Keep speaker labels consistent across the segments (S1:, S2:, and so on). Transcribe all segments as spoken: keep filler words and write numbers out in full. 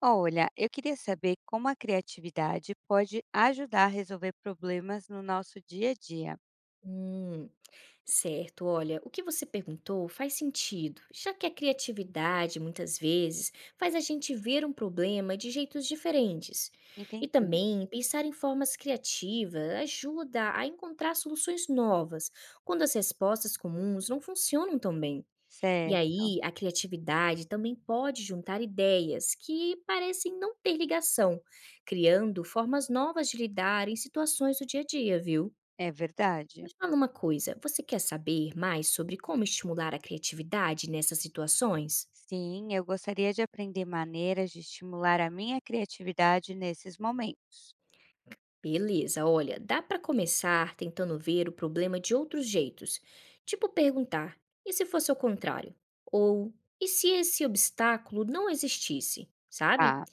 S1: Olha, eu queria saber como a criatividade pode ajudar a resolver problemas no nosso dia a dia.
S2: Hum, Certo. Olha, o que você perguntou faz sentido, já que a criatividade muitas vezes faz a gente ver um problema de jeitos diferentes. E
S1: Entendi.
S2: também pensar em formas criativas ajuda a encontrar soluções novas quando as respostas comuns não funcionam tão bem. E
S1: Certo,
S2: aí, a criatividade também pode juntar ideias que parecem não ter ligação, criando formas novas de lidar em situações do dia a dia, viu?
S1: é
S2: Me
S1: verdade.
S2: fala uma coisa, você quer saber mais sobre como estimular a criatividade nessas situações?
S1: Sim, eu gostaria de aprender maneiras de estimular a minha criatividade nesses momentos.
S2: Beleza, olha, dá para começar tentando ver o problema de outros jeitos, tipo perguntar: e se fosse ao contrário? Ou e se esse obstáculo não existisse? Sabe?
S1: Tá,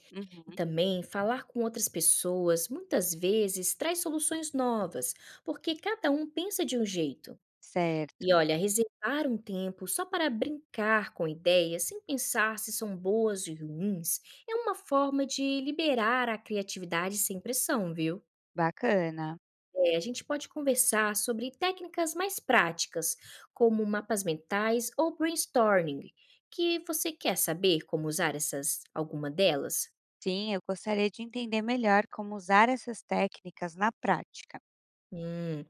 S2: E
S1: uhum,
S2: também falar com outras pessoas muitas vezes traz soluções novas, porque cada um pensa de um jeito.
S1: certo,
S2: E olha, reservar um tempo só para brincar com ideias, sem pensar se são boas ou ruins, é uma forma de liberar a criatividade sem pressão, viu?
S1: bacana.
S2: É, a gente pode conversar sobre técnicas mais práticas, como mapas mentais ou brainstorming, que você quer saber como usar essas, alguma delas?
S1: Sim, eu gostaria de entender melhor como usar essas técnicas na prática.
S2: Hum,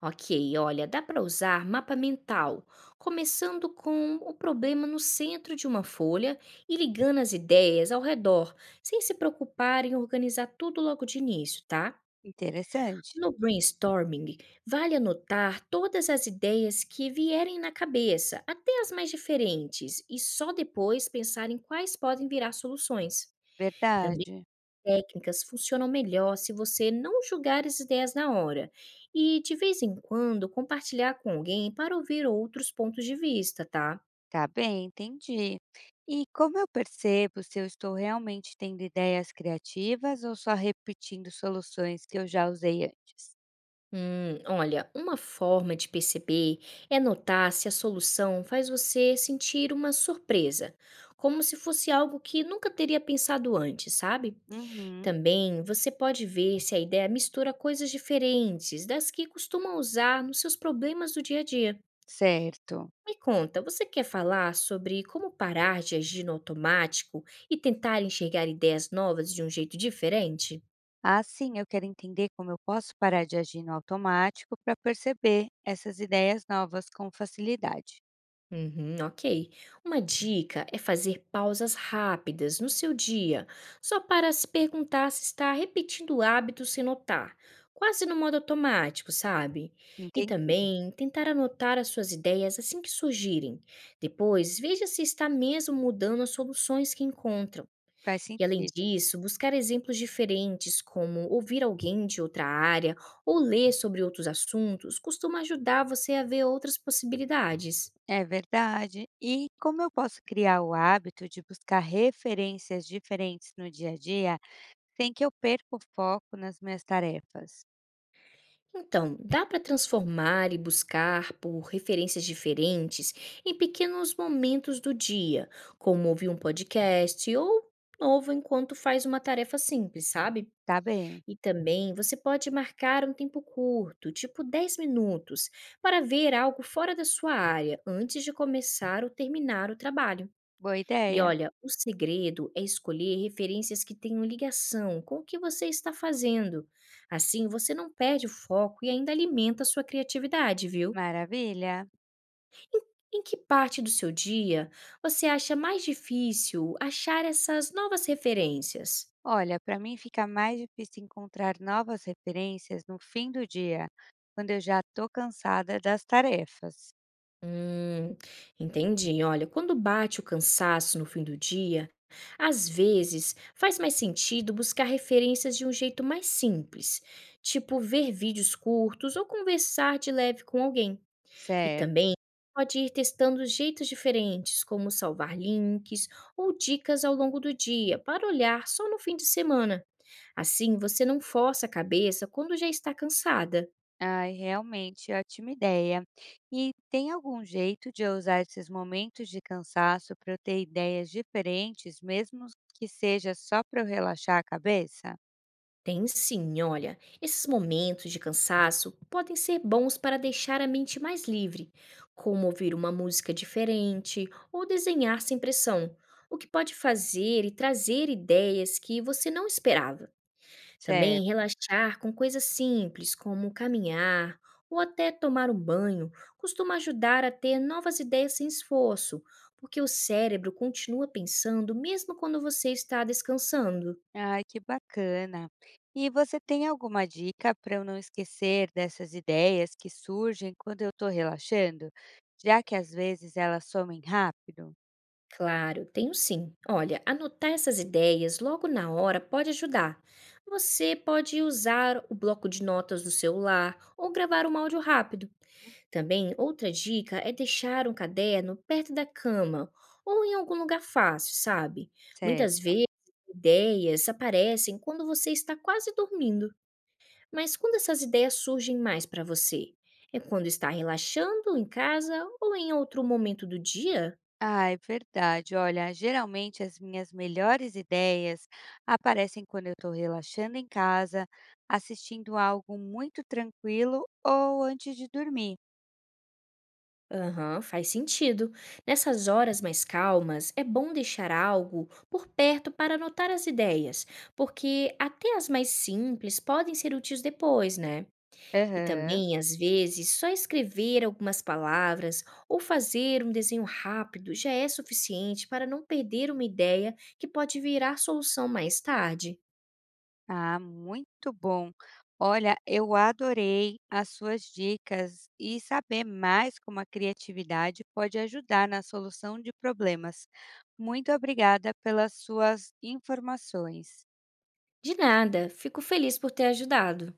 S2: ok, olha, dá para usar mapa mental, começando com o problema no centro de uma folha e ligando as ideias ao redor, sem se preocupar em organizar tudo logo de início, tá?
S1: Interessante,
S2: No brainstorming, vale anotar todas as ideias que vierem na cabeça, até as mais diferentes, e só depois pensar em quais podem virar soluções. Também
S1: verdade.
S2: técnicas funcionam melhor se você não julgar as ideias na hora e, de vez em quando, compartilhar com alguém para ouvir outros pontos de vista, tá?
S1: Tá bem, entendi. E como eu percebo se eu estou realmente tendo ideias criativas ou só repetindo soluções que eu já usei antes?
S2: Hum, olha, uma forma de perceber é notar se a solução faz você sentir uma surpresa, como se fosse algo que nunca teria pensado antes, sabe?
S1: Uhum.
S2: Também você pode ver se a ideia mistura coisas diferentes das que costuma usar nos seus problemas do dia a dia.
S1: Certo.
S2: Me conta, você quer falar sobre como parar de agir no automático e tentar enxergar ideias novas de um jeito diferente?
S1: Assim, eu quero entender como eu posso parar de agir no automático para perceber essas ideias novas com facilidade.
S2: Uhum, ok. Uma dica é fazer pausas rápidas no seu dia, só para se perguntar se está repetindo hábitos sem notar, quase no modo automático, sabe? E
S1: Entendi.
S2: também tentar anotar as suas ideias assim que surgirem. Depois, veja se está mesmo mudando as soluções que encontra.
S1: Faz
S2: E além
S1: sentido.
S2: disso, buscar exemplos diferentes, como ouvir alguém de outra área ou ler sobre outros assuntos, costuma ajudar você a ver outras possibilidades.
S1: É verdade. E como eu posso criar o hábito de buscar referências diferentes no dia a dia sem que eu perca o foco nas minhas tarefas?
S2: Então, dá para transformar e buscar por referências diferentes em pequenos momentos do dia, como ouvir um podcast ou novo enquanto faz uma tarefa simples, sabe?
S1: Tá bem,
S2: E também você pode marcar um tempo curto, tipo dez minutos, para ver algo fora da sua área antes de começar ou terminar o trabalho.
S1: boa
S2: E
S1: ideia,
S2: olha, o segredo é escolher referências que tenham ligação com o que você está fazendo. Assim você não perde o foco e ainda alimenta a sua criatividade, viu?
S1: maravilha.
S2: Em que parte do seu dia você acha mais difícil achar essas novas referências?
S1: Olha, para mim fica mais difícil encontrar novas referências no fim do dia, quando eu já estou cansada das tarefas.
S2: Hum, entendi. Olha, quando bate o cansaço no fim do dia, às vezes faz mais sentido buscar referências de um jeito mais simples, tipo ver vídeos curtos ou conversar de leve com alguém. E
S1: Certo.
S2: também pode ir testando jeitos diferentes, como salvar links ou dicas ao longo do dia, para olhar só no fim de semana. Assim, você não força a cabeça quando já está cansada.
S1: Ai, realmente ótima ideia. E tem algum jeito de eu usar esses momentos de cansaço para eu ter ideias diferentes, mesmo que seja só para eu relaxar a cabeça?
S2: Tem sim, olha. Esses momentos de cansaço podem ser bons para deixar a mente mais livre, como ouvir uma música diferente ou desenhar sem pressão, o que pode fazer e trazer ideias que você não esperava. Também
S1: Certo.
S2: relaxar com coisas simples, como caminhar ou até tomar um banho, costuma ajudar a ter novas ideias sem esforço, porque o cérebro continua pensando mesmo quando você está descansando.
S1: Ai, que bacana. E você tem alguma dica para eu não esquecer dessas ideias que surgem quando eu estou relaxando? Já que às vezes elas somem rápido?
S2: Claro, tenho sim. Olha, anotar essas ideias logo na hora pode ajudar. Você pode usar o bloco de notas do celular ou gravar um áudio rápido. Também, outra dica é deixar um caderno perto da cama ou em algum lugar fácil, sabe? Muitas
S1: Certo.
S2: vezes, ideias aparecem quando você está quase dormindo. Mas quando essas ideias surgem mais para você? É quando está relaxando em casa ou em outro momento do dia?
S1: Ah, é verdade. Olha, geralmente as minhas melhores ideias aparecem quando eu estou relaxando em casa, assistindo algo muito tranquilo ou antes de dormir.
S2: Aham, faz sentido. Nessas horas mais calmas, é bom deixar algo por perto para anotar as ideias, porque até as mais simples podem ser úteis depois, né? E
S1: Aham.
S2: também, às vezes, só escrever algumas palavras ou fazer um desenho rápido já é suficiente para não perder uma ideia que pode virar solução mais tarde.
S1: Ah, muito bom. Olha, eu adorei as suas dicas e saber mais como a criatividade pode ajudar na solução de problemas. Muito obrigada pelas suas informações.
S2: De nada, fico feliz por ter ajudado.